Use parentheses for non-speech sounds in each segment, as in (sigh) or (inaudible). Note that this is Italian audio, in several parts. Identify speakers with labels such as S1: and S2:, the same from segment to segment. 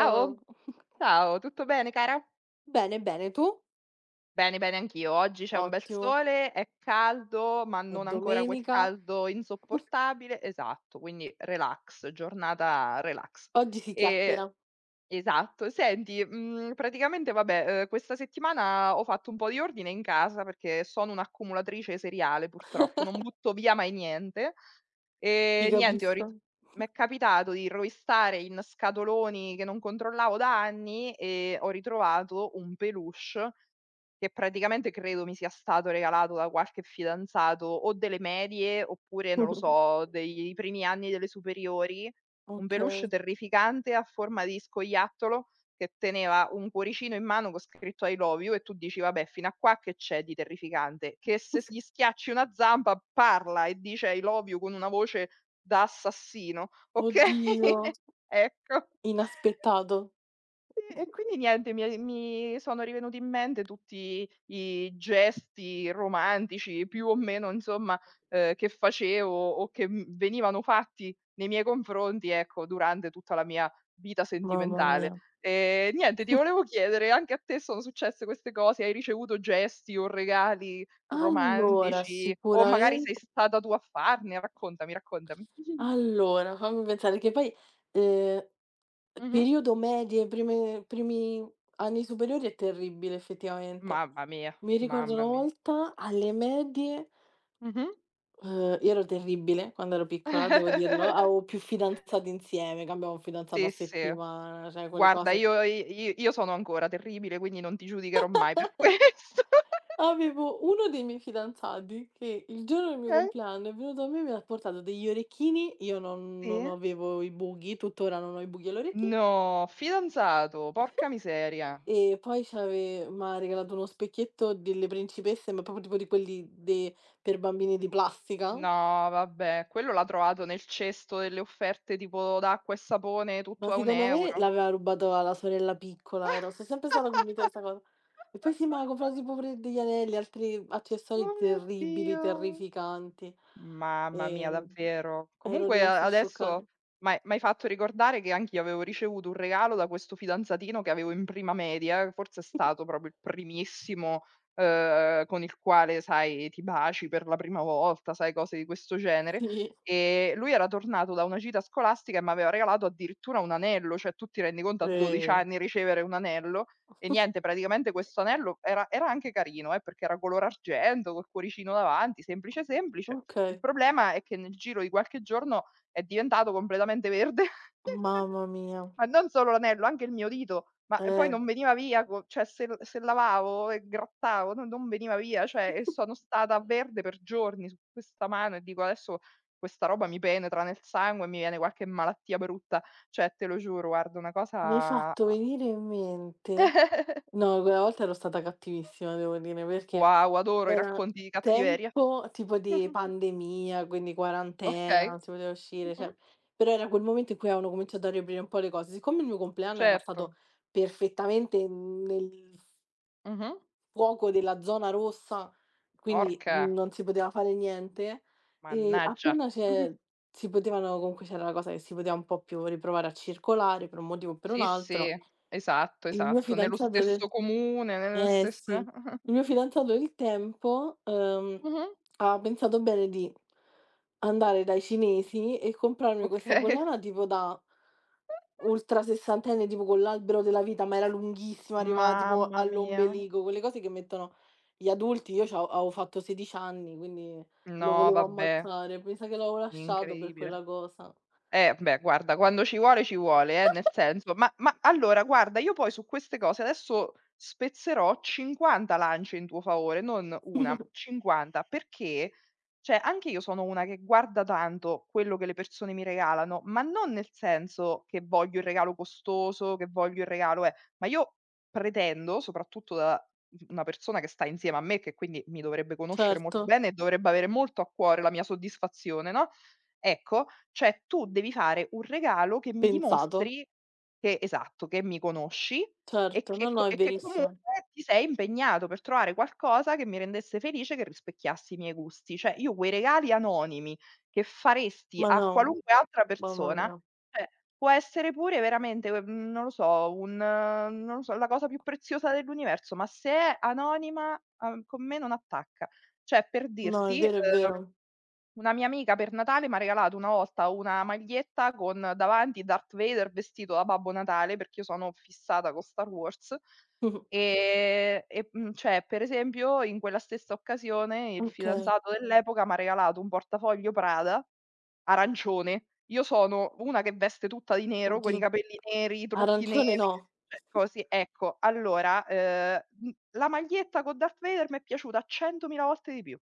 S1: Ciao,
S2: Oh,
S1: ciao, tutto bene cara?
S2: bene, bene, tu?
S1: Bene, bene anch'io. Oggi c'è un bel
S2: Ottimo,
S1: sole, è caldo, ma
S2: è
S1: non ancora quel
S2: domenica,
S1: caldo insopportabile esatto, quindi relax, giornata relax.
S2: oggi si
S1: E
S2: chiacchiera.
S1: Esatto. Senti, praticamente vabbè, questa settimana ho fatto un po' di ordine in casa perché sono un'accumulatrice seriale purtroppo, non
S2: (laughs)
S1: butto via mai niente.
S2: Ti
S1: Niente, ho
S2: capisco.
S1: rit M'è capitato di rovistare in scatoloni che non controllavo da anni e ho ritrovato un peluche che praticamente credo mi sia stato regalato da qualche fidanzato o delle medie oppure, non lo
S2: (laughs)
S1: so, dei primi anni delle superiori, un peluche
S2: Okay,
S1: terrificante a forma di scoiattolo che teneva un cuoricino in mano con scritto "I love you". E tu dici: "Vabbè, fino a qua che c'è di terrificante?". Che se s gli schiacci una zampa parla e dice "I love you" con una voce da assassino, okay?
S2: oddio,
S1: (laughs) Ecco.
S2: inaspettato,
S1: Sì, e quindi niente, mi sono rivenuti in mente tutti i gesti romantici, più o meno, insomma, che facevo o che venivano fatti nei miei confronti, ecco, durante tutta la mia vita
S2: mamma
S1: sentimentale.
S2: mia.
S1: Niente, Ti volevo chiedere, anche a te sono successe queste cose? Hai ricevuto gesti o regali
S2: Allora,
S1: romantici o magari sei
S2: sicuramente
S1: stata tu a farne? Raccontami, raccontami. (laughs)
S2: allora, fammi pensare che poi, ehm,
S1: Mh-mh.
S2: periodo medie, prime primi anni superiori è terribile effettivamente.
S1: Mamma mia,
S2: Mi ricordo una
S1: mamma mia.
S2: volta alle medie.
S1: Mh-mh.
S2: Io ero terribile quando ero piccola, (laughs) devo dirlo.
S1: (laughs)
S2: Avevo più fidanzati insieme, cambiavo un fidanzato a
S1: Sì, sì.
S2: settimana, cioè quelle
S1: Guarda
S2: cose.
S1: io i i io sono ancora terribile, quindi non ti giudicherò mai per (laughs) questo.
S2: Avevo uno dei miei fidanzati che il giorno del mio
S1: Okay.
S2: compleanno è venuto a me e mi ha portato degli orecchini, io non
S1: Sì?
S2: avevo i buchi, tuttora non ho i buchi alle orecchie,
S1: No, fidanzato, porca miseria.
S2: e poi c'ave m'ha regalato uno specchietto delle principesse, ma proprio tipo di quelli de per bambini di plastica.
S1: No, vabbè, quello l'ha trovato nel cesto delle offerte tipo d'acqua e sapone
S2: Ma
S1: tutto a 1
S2: secondo me
S1: euro.
S2: l'aveva rubato alla sorella piccola, ero so' sempre stata convinta di 'sta cosa. E poi sì, ma ha comprato tipo pure degli anelli, altri accessori
S1: Oh mio
S2: terribili,
S1: Dio.
S2: terrificanti.
S1: Mamma mia,
S2: Ehm,
S1: davvero.
S2: ero
S1: Comunque a
S2: rimasta scioccata.
S1: adesso m'hai fatto ricordare che anch'io avevo ricevuto un regalo da questo fidanzatino che avevo in prima media, forse è stato
S2: (laughs)
S1: proprio il primissimo, con il quale, sai, ti baci per la prima volta, sai, cose di questo genere.
S2: Sì,
S1: E lui era tornato da una gita scolastica e m'aveva regalato addirittura un anello, cioè tu ti rendi conto a 12
S2: ehm,
S1: anni ricevere un anello? E niente, praticamente questo anello era anche carino, perché era color argento, col cuoricino davanti, semplice, semplice. Il
S2: okay.
S1: problema è che nel giro di qualche giorno è diventato completamente verde. (laughs)
S2: Mamma mia.
S1: Ma non solo l'anello, anche il mio dito, ma e poi
S2: Eh,
S1: non veniva via co cioè se lavavo e grattavo non veniva via, cioè e sono stata a verde per giorni su questa mano e dico: "Adesso questa roba mi penetra nel sangue e mi viene qualche malattia brutta". Cioè te lo giuro, guarda, una
S2: mi hai
S1: cosa.
S2: fatto venire in mente.
S1: (laughs)
S2: No, quella volta ero stata cattivissima devo dire, perché
S1: Wow, adoro i
S2: era
S1: racconti di cattiveria.
S2: tempo tipo di
S1: (laughs)
S2: pandemia, quindi quarantena,
S1: Okay.
S2: non si poteva uscire,
S1: Mh-mh.
S2: cioè però era quel momento in cui avevano cominciato a riaprire un po' le cose. Siccome il mio compleanno era
S1: Certo.
S2: stato perfettamente nel
S1: Mh-mh.
S2: fuoco della zona rossa, quindi
S1: Orca,
S2: non si poteva fare niente,
S1: mannaggia.
S2: appena
S1: (laughs) Mh-mh.
S2: c'è si potevano comunque c'era la cosa che si poteva un po' più riprovare a circolare per un motivo o per un
S1: Sì,
S2: altro,
S1: sì, esatto,
S2: il mio
S1: esatto. Nello
S2: fidanzato de
S1: stesso comune, nella
S2: eh sì,
S1: stessa.
S2: il
S1: (laughs)
S2: mio fidanzato del tempo,
S1: Mh-mh.
S2: ha pensato bene di andare dai cinesi e comprarmi questa
S1: Okay. (laughs)
S2: collana tipo da ultra sessantenne, tipo con l'albero della vita, ma era lunghissima, arrivava tipo
S1: Mamma mia.
S2: all'ombelico, quelle cose che mettono gli adulti. Io c'av avevo fatto 16 anni, quindi lo
S1: No,
S2: volevo
S1: vabbè,
S2: ammazzare. Mi sa che l'avevo lasciato per
S1: incredibile.
S2: quella cosa.
S1: Beh guarda, quando ci vuole nel
S2: (laughs)
S1: senso ma allora guarda, io poi su queste cose adesso spezzerò 50 lance in tuo favore, non 1, 50, perché, cioè anche io sono una che guarda tanto quello che le persone mi regalano, ma non nel senso che voglio il regalo costoso, che voglio il regalo ma io pretendo, soprattutto da una persona che sta insieme a me, che quindi mi dovrebbe conoscere molto
S2: Certo,
S1: bene e dovrebbe avere molto a cuore la mia soddisfazione, no. Ecco, cioè tu devi fare un regalo che mi
S2: pensato.
S1: dimostri che, esatto, che mi conosci
S2: Certo, no, no, è
S1: e che comunque
S2: verissimo.
S1: ti sei impegnato per trovare qualcosa che mi rendesse felice, che rispecchiasse i miei gusti. Cioè io quei regali anonimi che faresti
S2: Ma
S1: a
S2: no,
S1: qualunque altra
S2: mamma
S1: persona,
S2: mia.
S1: cioè può essere pure veramente, non lo so, un non lo so, la cosa più preziosa dell'universo, ma se è anonima, con me non attacca. Cioè per
S2: No, è
S1: dirti,
S2: vero, è vero.
S1: una mia amica per Natale m'ha regalato una volta una maglietta con davanti Darth Vader vestito da Babbo Natale, perché io sono fissata con Star Wars.
S2: (laughs) Mh-mh.
S1: Cioè, per esempio, in quella stessa occasione il
S2: Okay.
S1: fidanzato dell'epoca m'ha regalato un portafoglio Prada arancione. Io sono una che veste tutta di nero, con
S2: Oddi
S1: i capelli neri, i trucchi neri,
S2: arancione no.
S1: cioè così. Ecco, allora, la maglietta con Darth Vader m'è piaciuta 100.000 volte di più,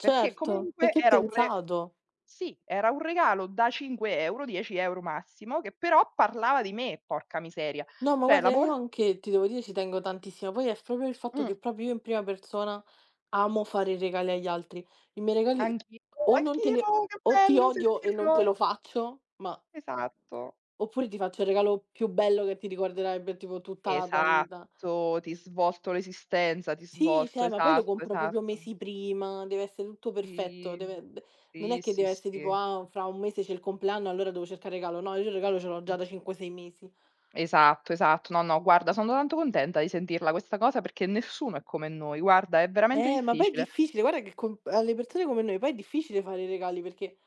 S1: perché
S2: Certo,
S1: comunque
S2: perché è
S1: era un re
S2: pensato.
S1: sì, era un regalo da 5 €, 10 € massimo, che però parlava di me, porca miseria.
S2: No, ma
S1: Cioè la
S2: guarda
S1: por
S2: io anche, ti devo dire, ci tengo tantissimo. Poi è proprio il fatto
S1: Mh,
S2: che proprio io in prima persona amo fare i regali agli altri. I miei regali
S1: anch'io,
S2: o non te li
S1: anch'io, che
S2: o ti
S1: bello
S2: odio e non te
S1: sentirlo,
S2: lo faccio, ma
S1: esatto,
S2: oppure ti faccio il regalo più bello che ti ricorderai per tipo tutta la tua vita.
S1: esatto, ti svolto l'esistenza, ti
S2: Sì,
S1: svolto,
S2: cioè, ma poi lo
S1: esatto,
S2: compro proprio
S1: esatto.
S2: mesi prima, deve essere tutto perfetto,
S1: Sì,
S2: deve d non
S1: sì,
S2: è che
S1: sì,
S2: deve essere tipo:
S1: sì.
S2: "Ah, fra un mese c'è il compleanno, allora devo cercare il regalo." No, io il regalo ce l'ho
S1: Mh.
S2: già da 5, 6 mesi.
S1: Esatto, esatto. No, no, guarda, sono tanto contenta di sentirla questa cosa perché nessuno è come noi, guarda, è veramente
S2: Ma poi è
S1: difficile.
S2: difficile, guarda che con alle persone come noi poi è difficile fare i regali, perché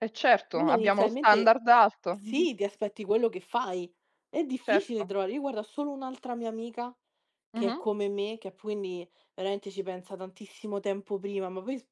S1: E certo,
S2: uno
S1: abbiamo lo
S2: inizialmente
S1: standard alto. (laughs)
S2: sì, ti aspetti quello che fai. È difficile
S1: Certo.
S2: trovare io guarda, ho solo un'altra mia amica che è
S1: Mh-mh.
S2: come me, che quindi veramente ci pensa tantissimo tempo prima, ma poi s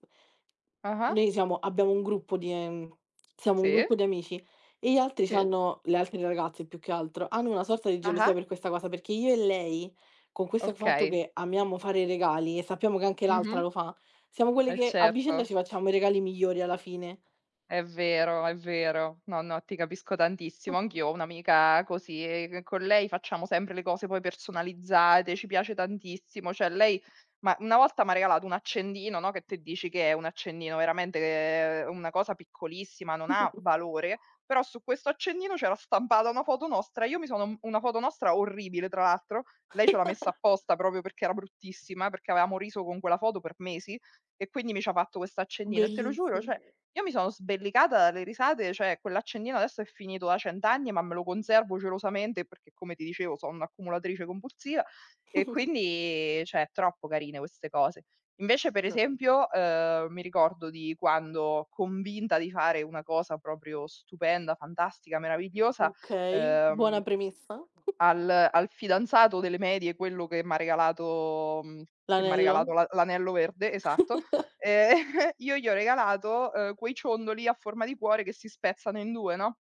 S1: Ah-ah.
S2: noi siamo abbiamo un gruppo di siamo un
S1: Sì,
S2: gruppo di amici e gli altri
S1: sì.
S2: c'hanno le altre ragazze più che altro, hanno una sorta di gelosia
S1: Ah-ah.
S2: per questa cosa, perché io e lei, con questo fatto
S1: Okay.
S2: che amiamo fare i regali e sappiamo che anche l'altra
S1: Mh-mh.
S2: lo fa, siamo quelle
S1: Eh
S2: che a vicenda
S1: certo.
S2: ci facciamo i regali migliori alla fine.
S1: È vero, è vero. No, no, ti capisco tantissimo. Anch'io ho un'amica così e c con lei facciamo sempre le cose poi personalizzate, ci piace tantissimo. Cioè lei ma una volta m'ha regalato un accendino, no, che te dici che è un accendino, veramente che è una cosa piccolissima, non ha
S2: (laughs)
S1: valore, però su questo accendino c'era stampata una foto nostra. Io mi sono una foto nostra orribile tra l'altro, lei ce l'ha messa apposta proprio perché era bruttissima, perché avevamo riso con quella foto per mesi e quindi mi c'ha fatto questo accendino e te lo giuro,
S2: Bellissimo.
S1: cioè io mi sono sbellicata dalle risate, cioè quell'accendino adesso è finito da 100 anni, ma me lo conservo gelosamente perché, come ti dicevo, sono un'accumulatrice compulsiva e quindi cioè è troppo carine queste cose. Invece, per
S2: No.
S1: esempio, mi ricordo di quando, convinta di fare una cosa proprio stupenda, fantastica, meravigliosa,
S2: Okay,
S1: ehm
S2: buona premessa.
S1: al fidanzato delle medie, quello che m'ha regalato
S2: L'anello?
S1: l'anello verde, esatto,
S2: (laughs)
S1: ehm, (laughs) io gli ho regalato, quei ciondoli a forma di cuore che si spezzano in 2, no?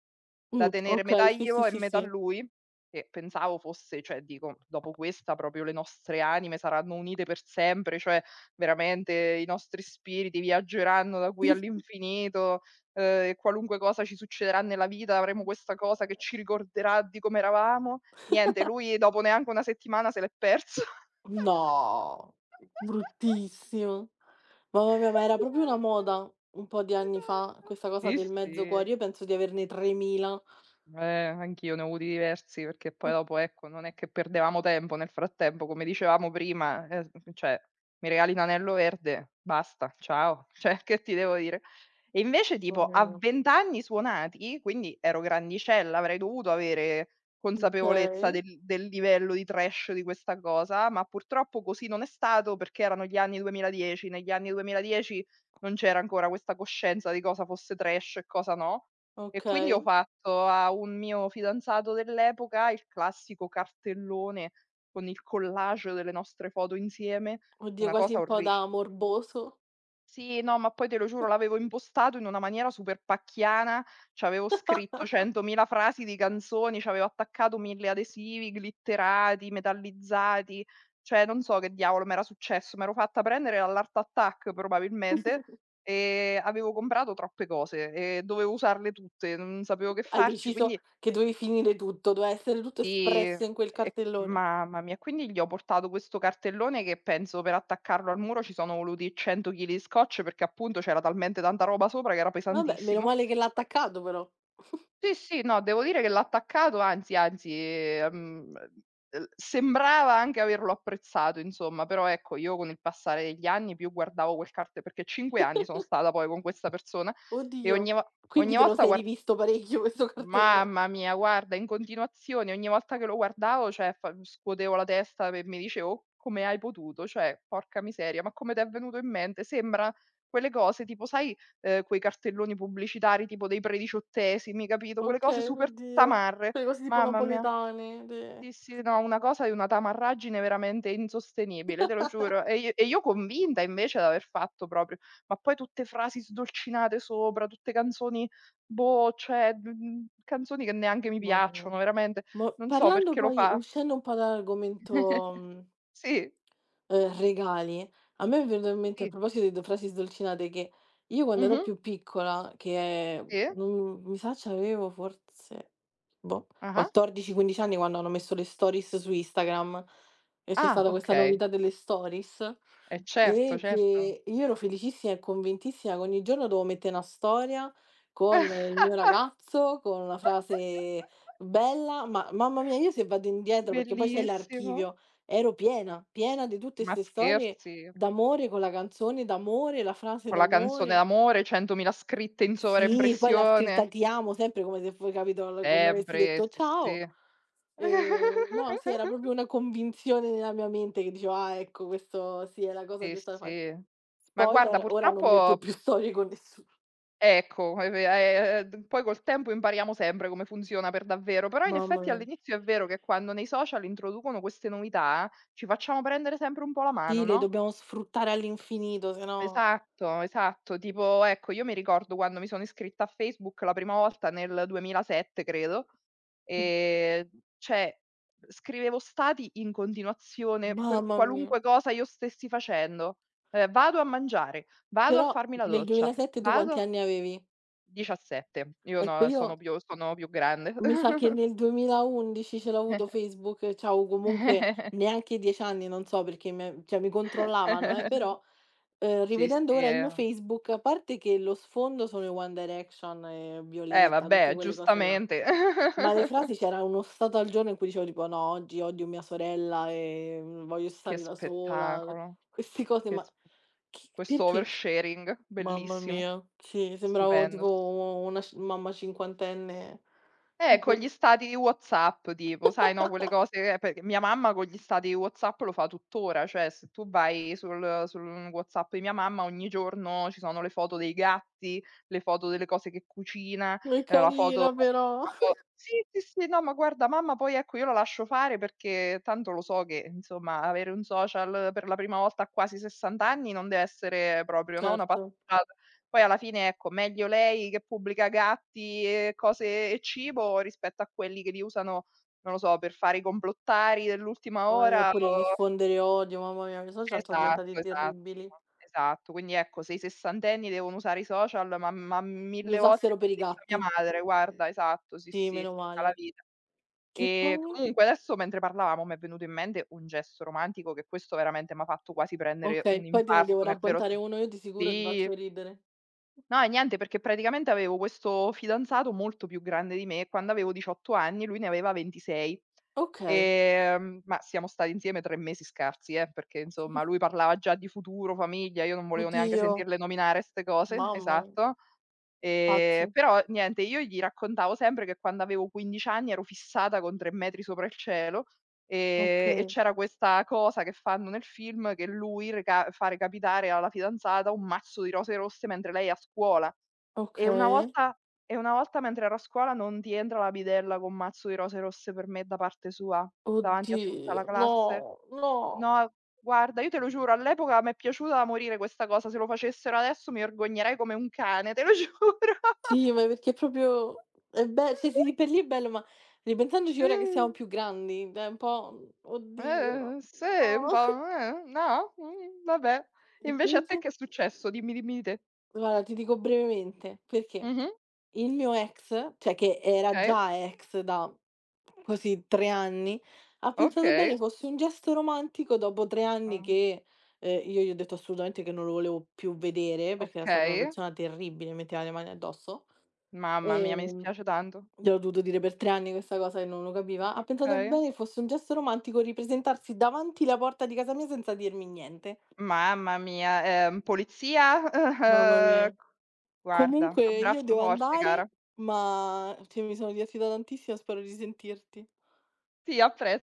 S1: Da tenere metà
S2: Okay, sì, sì,
S1: io e
S2: sì,
S1: metà
S2: sì.
S1: lui, che pensavo fosse, cioè dico: "Dopo questa proprio le nostre anime saranno unite per sempre, cioè veramente i nostri spiriti viaggeranno da qui all'infinito, e qualunque cosa ci succederà nella vita avremo questa
S2: (laughs)
S1: cosa che ci ricorderà di come eravamo". Niente, lui dopo neanche una settimana se l'è perso.
S2: No,
S1: (laughs)
S2: bruttissimo. Mamma mia, ma era proprio una
S1: Esatto,
S2: moda un po' di anni fa,
S1: esatto.
S2: questa cosa
S1: Sì,
S2: del mezzo
S1: sì.
S2: cuore. Io penso di averne 3000.
S1: Anch'io ne ho avuti diversi perché poi dopo, ecco, non è che perdevamo tempo nel frattempo, come dicevamo prima, s cioè, mi regali un anello verde, basta, ciao, (laughs) cioè che ti devo dire. E invece tipo
S2: Mamma
S1: a
S2: mia.
S1: 20 anni suonati, quindi ero grandicella, avrei dovuto avere consapevolezza
S2: Okay,
S1: del livello di trash di questa cosa, ma purtroppo così non è stato perché erano gli anni 2010, negli anni 2010 non c'era ancora questa coscienza di cosa fosse trash e cosa no. E quindi ho
S2: okay.
S1: fatto a un mio fidanzato dell'epoca il classico cartellone con il collage delle nostre foto insieme,
S2: Oddio,
S1: una
S2: quasi
S1: cosa
S2: un po'
S1: orri
S2: da morboso.
S1: sì, no, ma poi te lo giuro l'avevo impostato in una maniera super pacchiana, c'avevo scritto 100.000 frasi di canzoni, c'avevo attaccato 1000 adesivi glitterati, metallizzati, cioè non so che diavolo m'era successo, m'ero fatta prendere dall'Art Attack probabilmente, e avevo comprato troppe cose e dovevo usarle tutte, non sapevo che
S2: Hai
S1: farci,
S2: deciso
S1: quindi
S2: che dovevi finire tutto, doveva essere tutto
S1: sì, e
S2: espresso in quel cartellone.
S1: mamma mia, quindi gli ho portato questo cartellone che penso per attaccarlo al muro ci sono voluti 100 chili di scotch, perché appunto c'era talmente tanta roba sopra che era
S2: Vabbè, meno
S1: pesantissimo.
S2: male che l'ha
S1: Ma
S2: attaccato però.
S1: sì, sì, no, devo dire che l'ha attaccato, anzi, anzi, l sembrava anche averlo apprezzato insomma, però ecco, io con il passare degli anni più guardavo quel carte perché 5 anni sono stata poi con questa persona e
S2: Oddio.
S1: ogni
S2: Quindi te lo
S1: volta
S2: sei
S1: guar
S2: rivisto parecchio questo cartellone.
S1: mamma mia, guarda, in continuazione, ogni volta che lo guardavo, cioè, fa scuotevo la testa e mi dicevo: "Oh, come hai potuto?". Cioè, porca miseria, ma come t'è venuto in mente? Sembra quelle cose tipo sai, quei cartelloni pubblicitari tipo dei prediciottesimi, capito, quelle cose
S2: Okay,
S1: super
S2: oddio.
S1: tamarre.
S2: Quelle cose tipo
S1: Mamma mia.
S2: napoletane, de
S1: Sì, sì, no, una cosa di una tamarragine veramente insostenibile, te lo giuro. E io convinta invece d'aver fatto proprio, ma poi tutte frasi sdolcinate sopra, tutte canzoni, boh, cioè, canzoni che neanche mi
S2: mamma mia.
S1: piacciono, veramente.
S2: Mo
S1: Non so
S2: parlando
S1: perché lo
S2: poi
S1: fa.
S2: uscendo un po' dall'argomento, mhmm
S1: Sì,
S2: regali, a me è venuto in mente a
S1: sì.
S2: proposito di due frasi sdolcinate che io quando ero
S1: Mh-mh,
S2: più piccola, che
S1: sì.
S2: non mi sa c'avevo forse, boh,
S1: Ah-ah.
S2: 14, 15 anni quando hanno messo le stories su Instagram e c'è
S1: Ah,
S2: stata questa
S1: okay.
S2: novità delle stories
S1: Eh
S2: eh.
S1: certo,
S2: E
S1: certo.
S2: che io ero felicissima e convintissima che ogni giorno dovevo mettere una storia con il
S1: (laughs)
S2: mio ragazzo, con una frase bella, ma mamma mia, io se vado indietro, perché poi c'è
S1: Bellissimo.
S2: l'archivio, ero piena di tutte
S1: Ma
S2: 'ste storie
S1: scherzi?
S2: d'amore con la canzone d'amore, la frase
S1: Con la canzone
S2: d'amore.
S1: d'amore, 100.000 scritte in
S2: Sì, poi la
S1: sovraimpressione.
S2: scritta "ti amo" sempre come se fo capito, l come avessi
S1: Sempre,
S2: detto
S1: sì,
S2: ciao.
S1: sì.
S2: No, sì, era proprio
S1: (laughs)
S2: una convinzione nella mia mente che dicevo: "Ah, ecco, questo sì, è la cosa
S1: Sì,
S2: giusta da fare."
S1: sì. Ma guarda
S2: Spoiler: ora non
S1: purtroppo
S2: metto più storie con nessuno.
S1: ecco, è ve è d poi col tempo impariamo sempre come funziona per davvero, però in
S2: Mamma
S1: effetti
S2: mia.
S1: all'inizio è vero che quando nei social introducono queste novità, ci facciamo prendere sempre un po' la mano,
S2: Sì, le
S1: no?
S2: dobbiamo sfruttare all'infinito, se no
S1: Esatto, esatto. Tipo, ecco, io mi ricordo quando mi sono iscritta a Facebook la prima volta nel 2007 credo, ehm, cioè scrivevo stati in continuazione per
S2: mamma mia.
S1: qualunque cosa io stessi facendo. Vado a mangiare, vado a
S2: Però
S1: farmi la
S2: nel
S1: doccia,
S2: 2007 tu quanti
S1: vado
S2: anni avevi?
S1: 17. Io
S2: Ecco,
S1: no, sono
S2: io
S1: più sono più grande.
S2: mi sa che nel 2011 ce l'ho avuto Facebook, c'avevo comunque
S1: (laughs)
S2: neanche 10 anni, non so perché me cioè mi controllavano però,
S1: Sì,
S2: rivedendo
S1: sì,
S2: ora il mio
S1: eh.
S2: Facebook, a parte che lo sfondo sono i One Direction e
S1: Eh
S2: Violetta, tutte
S1: vabbè,
S2: quelle cose là,
S1: giustamente.
S2: ma le
S1: (laughs)
S2: frasi c'era uno stato al giorno in cui dicevo tipo: "No, oggi odio mia sorella e voglio
S1: Che
S2: stare da sola",
S1: spettacolo,
S2: queste cose,
S1: che
S2: ma
S1: spe
S2: chi
S1: questo
S2: perché?
S1: oversharing
S2: Mamma
S1: bellissimo,
S2: mia, sì, sembravo
S1: stupendo.
S2: tipo una sci mamma cinquantenne.
S1: Con gli stati di WhatsApp tipo, sai, no, quelle cose che perché mia mamma con gli stati di WhatsApp lo fa tuttora, cioè se tu vai sul WhatsApp di mia mamma ogni giorno ci sono le foto dei gatti, le foto delle cose che cucina,
S2: È
S1: la foto
S2: carina però.
S1: la fo sì, sì, sì, no, ma guarda mamma poi ecco io la lascio fare perché tanto lo so che insomma avere un social per la prima volta a quasi 60 anni non deve essere proprio, no, una
S2: Certo.
S1: passeggiata. Poi alla fine, ecco, meglio lei che pubblica gatti e cose e cibo rispetto a quelli che li usano, non lo so, per fare i complottari dell'ultima
S2: Mamma mia,
S1: ora
S2: pure
S1: o
S2: diffondere odio, mamma mia, mia suocera sono
S1: esatto,
S2: diventati
S1: esatto,
S2: terribili.
S1: esatto. Quindi ecco, se i sessantenni devono usare i social, ma
S2: Li
S1: 1000 volte
S2: usassero
S1: come
S2: per i
S1: diceva mia
S2: gatti.
S1: madre, guarda, esatto, sì,
S2: Sì,
S1: sì,
S2: meno
S1: tutta la
S2: male.
S1: vita.
S2: Che
S1: E
S2: poi?
S1: comunque adesso mentre parlavamo m'è venuto in mente un gesto romantico che questo veramente m'ha fatto quasi prendere un
S2: Okay, poi te ne devo
S1: infarto nel vero
S2: raccontare
S1: sen
S2: uno io di sicuro ti
S1: sì.
S2: faccio ridere.
S1: No, e niente, perché praticamente avevo questo fidanzato molto più grande di me e quando avevo 18 anni lui ne aveva 26.
S2: Okay.
S1: Ma siamo stati insieme 3 mesi scarsi, perché insomma lui parlava già di futuro, famiglia, io non volevo neanche
S2: Oddio,
S1: sentirle nominare 'ste cose,
S2: mamma
S1: esatto.
S2: pazzo.
S1: Però niente, io gli raccontavo sempre che quando avevo 15 anni ero fissata con 3 metri sopra il cielo. E
S2: Okay,
S1: c'era questa cosa che fanno nel film che lui reca fa recapitare alla fidanzata un mazzo di rose rosse mentre lei è a scuola. E una
S2: okay.
S1: volta e una volta mentre ero a scuola non ti entra la bidella con un mazzo di rose rosse per me da parte sua, davanti a tutta la
S2: Oddio, no,
S1: classe?
S2: no.
S1: No, guarda, io te lo giuro, all'epoca m'è piaciuta da morire questa cosa, se lo facessero adesso mi vergognerei come un cane, te lo giuro.
S2: Sì, ma perché proprio è be cioè sì, lì per
S1: (laughs)
S2: lì è bello, ma ripensandoci
S1: Sì.
S2: ora che siamo più grandi, è un po' "Oddio,
S1: Sì, un
S2: no".
S1: po',
S2: (laughs)
S1: no, vabbè. Invece a
S2: Invece?
S1: te che è successo? Dimmi, dimmi di te.
S2: Guarda, ti dico brevemente, perché
S1: Mh-mh,
S2: il mio ex, cioè che era
S1: okay,
S2: già ex da così 3 anni, ha pensato
S1: okay,
S2: bene fosse un gesto romantico dopo 3 anni
S1: uhm,
S2: che, io gli ho detto assolutamente che non lo volevo più vedere, perché era stata una
S1: okay.
S2: persona terribile, metteva le mani addosso.
S1: Mamma mia, mi
S2: Ehm
S1: dispiace tanto.
S2: Gliel'ho dovuto dire per 3 anni questa cosa che non lo capiva. Ha pensato
S1: Okay.
S2: bene che fosse un gesto romantico ripresentarsi davanti la porta di casa mia senza dirmi niente.
S1: Mamma mia, polizia?
S2: Mamma
S1: (laughs)
S2: mia.
S1: Guarda,
S2: Comunque io
S1: t'abbraccio
S2: devo
S1: forte cara.
S2: andare, ma cioè mi sono divertita tantissimo, spero di risentirti.
S1: Sì, a pres